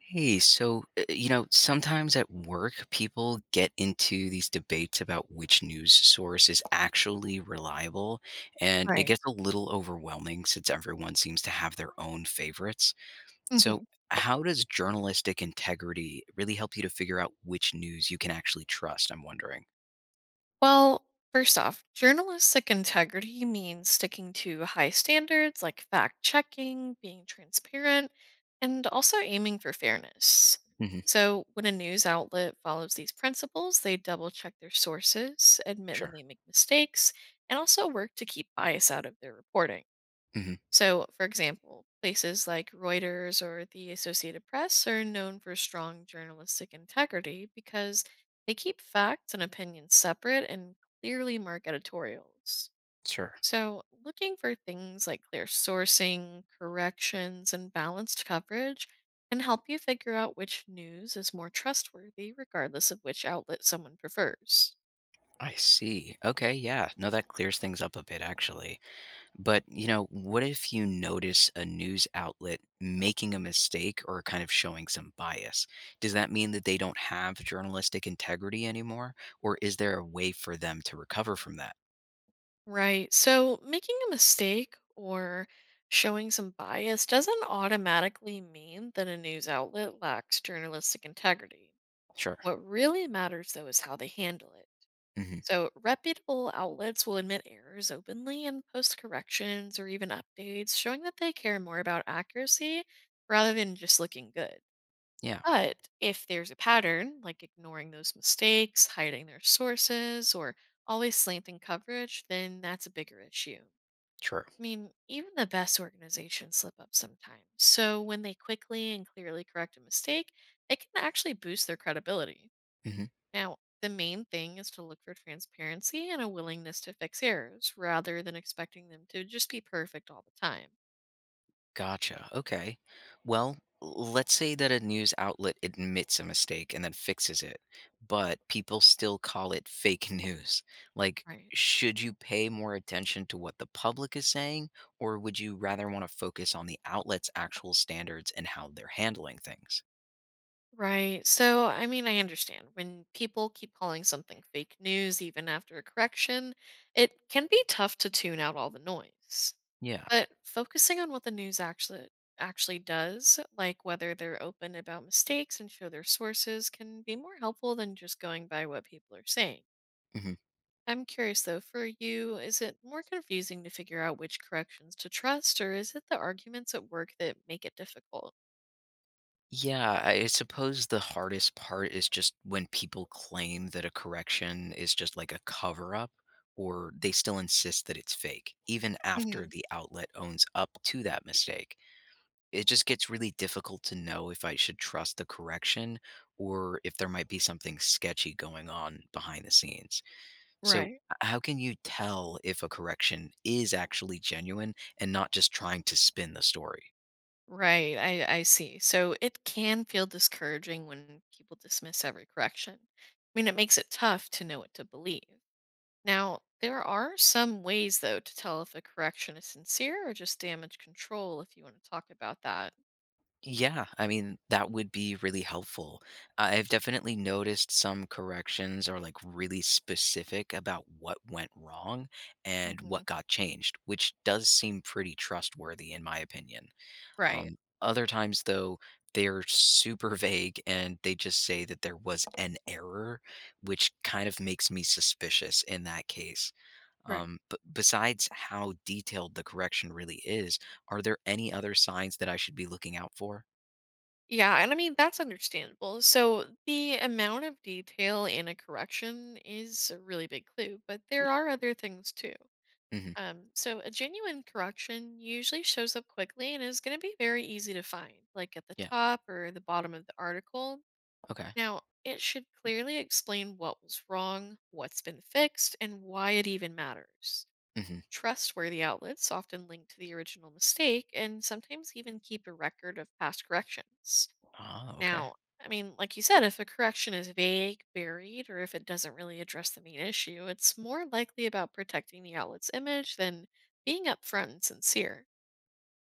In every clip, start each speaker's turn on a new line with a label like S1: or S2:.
S1: Hey, so, sometimes at work, people get into these debates about which news source is actually reliable, and it
S2: Right.
S1: gets a little overwhelming since everyone seems to have their own favorites.
S2: hmm
S1: So, how does journalistic integrity really help you to figure out which news you can actually trust? I'm wondering.
S2: Well, first off, journalistic integrity means sticking to high standards like fact checking, being transparent, and also aiming for fairness.
S1: Hmm.
S2: So, when a news outlet follows these principles, they double check their sources, admit when
S1: Sure.
S2: they make mistakes, and also work to keep bias out of their reporting.
S1: Hmm.
S2: So, for example, places like Reuters or the Associated Press are known for strong journalistic integrity because they keep facts and opinions separate and clearly mark editorials.
S1: Sure.
S2: So, looking for things like clear sourcing, corrections, and balanced coverage can help you figure out which news is more trustworthy, regardless of which outlet someone prefers.
S1: I see. Okay. Yeah. No, that clears things up a bit, actually. But, what if you notice a news outlet making a mistake or kind of showing some bias? Does that mean that they don't have journalistic integrity anymore? Or is there a way for them to recover from that?
S2: Right. So making a mistake or showing some bias doesn't automatically mean that a news outlet lacks journalistic integrity.
S1: Sure.
S2: What really matters, though, is how they handle it.
S1: Hmm.
S2: So reputable outlets will admit errors openly and post corrections or even updates, showing that they care more about accuracy rather than just looking good.
S1: Yeah,
S2: But if there's a pattern, like ignoring those mistakes, hiding their sources, or always slanting coverage, then that's a bigger issue.
S1: sure.
S2: I mean, even the best organizations slip up sometimes. So when they quickly and clearly correct a mistake, it can actually boost their credibility.
S1: Mhm.
S2: Now, the main thing is to look for transparency and a willingness to fix errors rather than expecting them to just be perfect all the time.
S1: Gotcha. Okay. Well, let's say that a news outlet admits a mistake and then fixes it, but people still call it fake news. Like,
S2: Right.
S1: should you pay more attention to what the public is saying, or would you rather want to focus on the outlet's actual standards and how they're handling things?
S2: Right. So, I mean, I understand when people keep calling something fake news even after a correction, it can be tough to tune out all the noise.
S1: Yeah.
S2: But focusing on what the news actually does, like whether they're open about mistakes and show their sources, can be more helpful than just going by what people are saying.
S1: Mhm.
S2: I'm curious though, for you, is it more confusing to figure out which corrections to trust, or is it the arguments at work that make it difficult?
S1: Yeah, I suppose the hardest part is just when people claim that a correction is just like a cover up, or they still insist that it's fake, even after
S2: hmm
S1: the outlet owns up to that mistake. It just gets really difficult to know if I should trust the correction or if there might be something sketchy going on behind the scenes. So,
S2: Right.
S1: how can you tell if a correction is actually genuine and not just trying to spin the story?
S2: Right. I see. So it can feel discouraging when people dismiss every correction. I mean, it makes it tough to know what to believe. Now, there are some ways, though, to tell if a correction is sincere or just damage control if you want to talk about that.
S1: Yeah, I mean, that would be really helpful. I've definitely noticed some corrections are like really specific about what went wrong and
S2: Hmm.
S1: what got changed, which does seem pretty trustworthy in my opinion.
S2: Right,
S1: Um, Other times, though, they're super vague and they just say that there was an error, which kind of makes me suspicious in that case.
S2: right.
S1: But besides how detailed the correction really is, are there any other signs that I should be looking out for?
S2: Yeah, and I mean, that's understandable. So, the amount of detail in a correction is a really big clue, but there are other things too.
S1: Mhm.
S2: So, a genuine correction usually shows up quickly and is going to be very easy to find, like at the
S1: Yeah.
S2: top or the bottom of the article.
S1: Okay.
S2: Now, it should clearly explain what was wrong, what's been fixed, and why it even matters.
S1: Mhm.
S2: Trustworthy outlets often link to the original mistake and sometimes even keep a record of past corrections.
S1: Oh, okay.
S2: Now, I mean, like you said, if a correction is vague, buried, or if it doesn't really address the main issue, it's more likely about protecting the outlet's image than being upfront and sincere.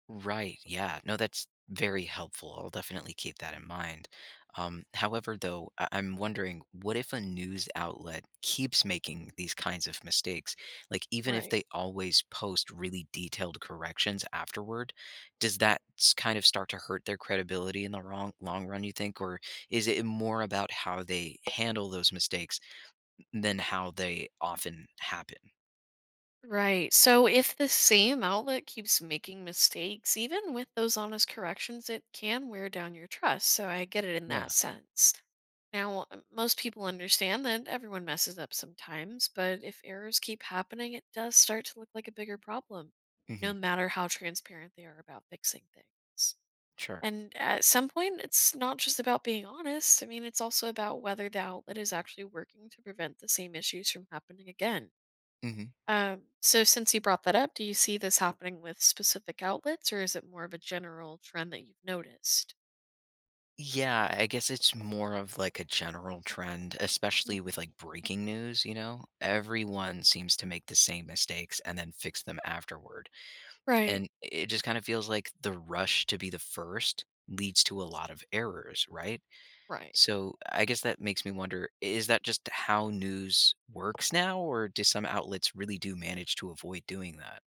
S1: Right. Yeah. No, that's very helpful. I'll definitely keep that in mind. However, though, I'm wondering what if a news outlet keeps making these kinds of mistakes? Like, even if
S2: Right.
S1: they always post really detailed corrections afterward, does that kind of start to hurt their credibility in the long run, you think? Or is it more about how they handle those mistakes than how they often happen?
S2: Right. So if the same outlet keeps making mistakes, even with those honest corrections, it can wear down your trust. So I get it in that
S1: Yeah.
S2: sense. Now, most people understand that everyone messes up sometimes, but if errors keep happening, it does start to look like a bigger problem, no
S1: Hmm.
S2: matter how transparent they are about fixing things.
S1: Sure.
S2: And at some point, it's not just about being honest. I mean, it's also about whether the outlet is actually working to prevent the same issues from happening again.
S1: Hmm.
S2: So since you brought that up, do you see this happening with specific outlets or is it more of a general trend that you've noticed?
S1: Yeah, I guess it's more of like a general trend, especially
S2: Mhm.
S1: with like breaking news, you know? Everyone seems to make the same mistakes and then fix them afterward.
S2: Right,
S1: And it just kind of feels like the rush to be the first leads to a lot of errors, right?
S2: right.
S1: So I guess that makes me wonder, is that just how news works now, or do some outlets really do manage to avoid doing that?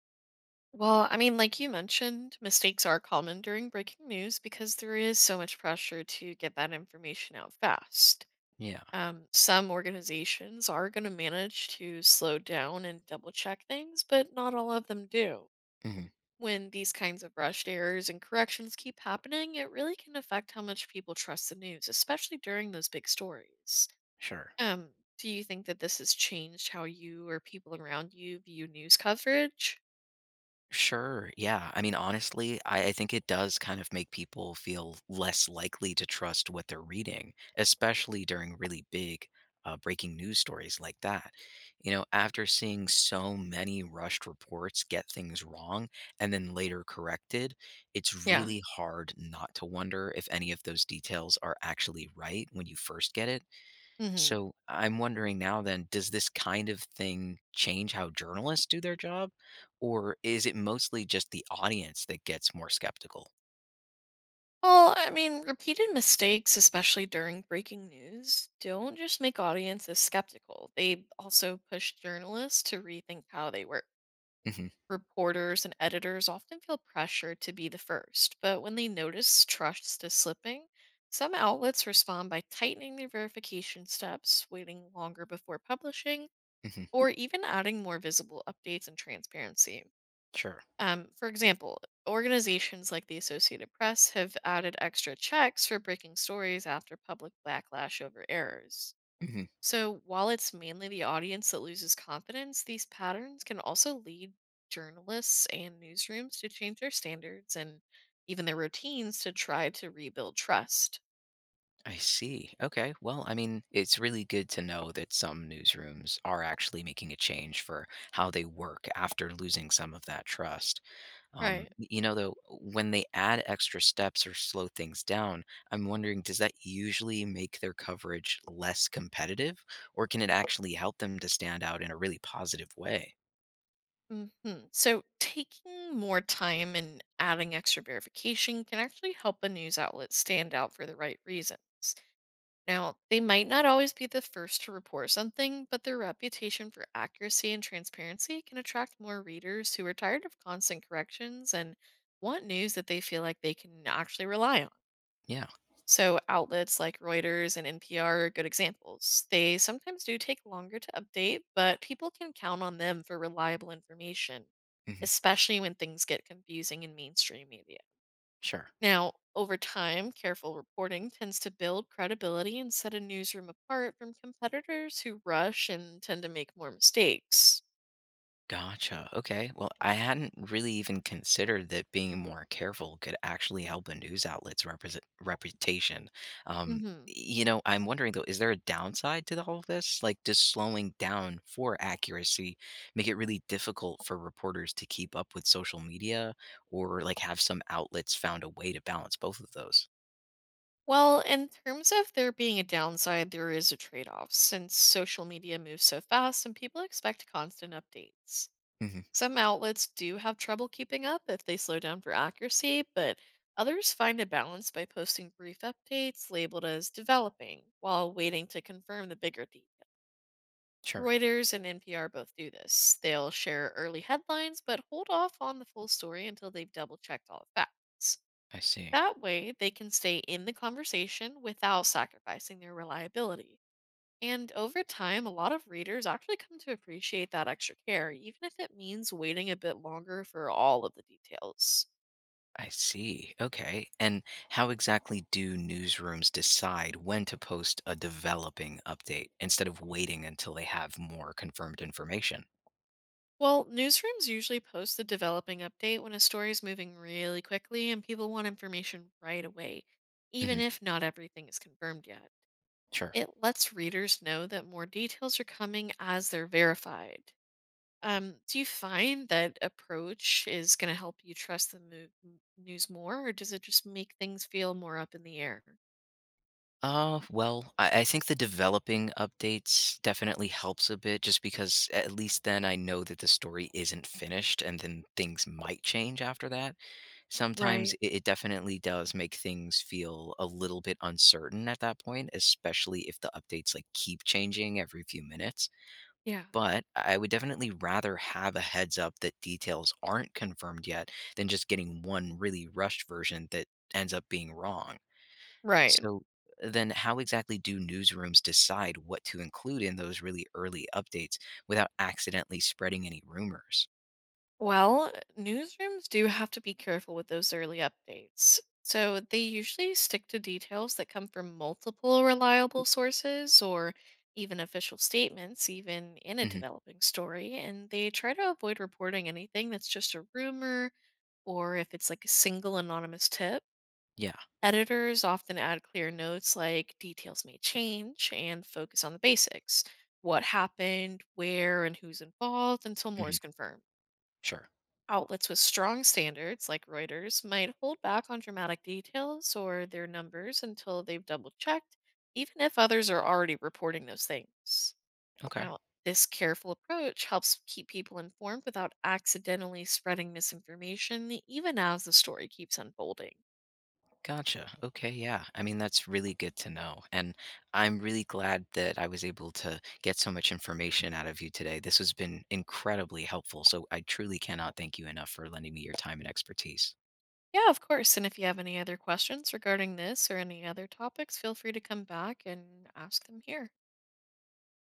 S2: Well, I mean, like you mentioned, mistakes are common during breaking news because there is so much pressure to get that information out fast.
S1: Yeah.
S2: Some organizations are going to manage to slow down and double check things, but not all of them do.
S1: Hmm.
S2: When these kinds of rushed errors and corrections keep happening, it really can affect how much people trust the news, especially during those big stories.
S1: Sure.
S2: Um, do you think that this has changed how you or people around you view news coverage?
S1: Sure. Yeah. I mean, honestly, I think it does kind of make people feel less likely to trust what they're reading, especially during really big breaking news stories like that. You know, after seeing so many rushed reports get things wrong and then later corrected, it's
S2: Yeah.
S1: really hard not to wonder if any of those details are actually right when you first get it.
S2: hmm
S1: So I'm wondering now then, does this kind of thing change how journalists do their job? Or is it mostly just the audience that gets more skeptical?
S2: Well, I mean, repeated mistakes, especially during breaking news, don't just make audiences skeptical. They also push journalists to rethink how they work.
S1: Hmm.
S2: Reporters and editors often feel pressure to be the first, but when they notice trust is slipping, some outlets respond by tightening their verification steps, waiting longer before publishing,
S1: Hmm.
S2: or even adding more visible updates and transparency.
S1: Sure.
S2: For example, organizations like the Associated Press have added extra checks for breaking stories after public backlash over errors.
S1: Hmm.
S2: So, while it's mainly the audience that loses confidence, these patterns can also lead journalists and newsrooms to change their standards and even their routines to try to rebuild trust.
S1: I see. Okay. Well, I mean, it's really good to know that some newsrooms are actually making a change for how they work after losing some of that trust.
S2: Right.
S1: Though, when they add extra steps or slow things down, I'm wondering, does that usually make their coverage less competitive, or can it actually help them to stand out in a really positive way?
S2: hmm So, taking more time and adding extra verification can actually help a news outlet stand out for the right reasons. Now, they might not always be the first to report something, but their reputation for accuracy and transparency can attract more readers who are tired of constant corrections and want news that they feel like they can actually rely on.
S1: Yeah.
S2: So, outlets like Reuters and NPR are good examples. They sometimes do take longer to update, but people can count on them for reliable information,
S1: Hmm.
S2: especially when things get confusing in mainstream media.
S1: Sure.
S2: Now, over time, careful reporting tends to build credibility and set a newsroom apart from competitors who rush and tend to make more mistakes.
S1: Gotcha. Okay. Well, I hadn't really even considered that being more careful could actually help a news outlet's represent reputation. Um,
S2: hmm
S1: I'm wondering though, is there a downside to the whole of this? Like, does slowing down for accuracy make it really difficult for reporters to keep up with social media, or like have some outlets found a way to balance both of those?
S2: Well, in terms of there being a downside, there is a trade off since social media moves so fast and people expect constant updates.
S1: Hmm.
S2: Some outlets do have trouble keeping up if they slow down for accuracy, but others find a balance by posting brief updates labeled as developing while waiting to confirm the bigger details.
S1: Sure.
S2: Reuters and NPR both do this. They'll share early headlines, but hold off on the full story until they've double checked all the facts.
S1: I see.
S2: That way, they can stay in the conversation without sacrificing their reliability. And over time, a lot of readers actually come to appreciate that extra care, even if it means waiting a bit longer for all of the details.
S1: I see. Okay. And how exactly do newsrooms decide when to post a developing update instead of waiting until they have more confirmed information?
S2: Well, newsrooms usually post the developing update when a story is moving really quickly and people want information right away, even
S1: Hmm.
S2: if not everything is confirmed yet.
S1: Sure.
S2: It lets readers know that more details are coming as they're verified. Do you find that approach is going to help you trust the news more, or does it just make things feel more up in the air?
S1: Well, I think the developing updates definitely helps a bit just because at least then I know that the story isn't finished and then things might change after that. Sometimes
S2: Right.
S1: it definitely does make things feel a little bit uncertain at that point, especially if the updates like keep changing every few minutes.
S2: Yeah,
S1: But I would definitely rather have a heads up that details aren't confirmed yet than just getting one really rushed version that ends up being wrong.
S2: right.
S1: So then how exactly do newsrooms decide what to include in those really early updates without accidentally spreading any rumors?
S2: Well, newsrooms do have to be careful with those early updates. So they usually stick to details that come from multiple reliable sources or even official statements, even in a
S1: Hmm.
S2: developing story. And they try to avoid reporting anything that's just a rumor or if it's like a single anonymous tip.
S1: Yeah.
S2: Editors often add clear notes like details may change and focus on the basics what happened, where, and who's involved until more is
S1: Hmm.
S2: confirmed.
S1: Sure.
S2: Outlets with strong standards, like Reuters, might hold back on dramatic details or their numbers until they've double checked, even if others are already reporting those things.
S1: Okay.
S2: Now, this careful approach helps keep people informed without accidentally spreading misinformation, even as the story keeps unfolding.
S1: Gotcha. Okay. Yeah. I mean, that's really good to know. And I'm really glad that I was able to get so much information out of you today. This has been incredibly helpful. So I truly cannot thank you enough for lending me your time and expertise.
S2: Yeah, of course. And if you have any other questions regarding this or any other topics, feel free to come back and ask them here.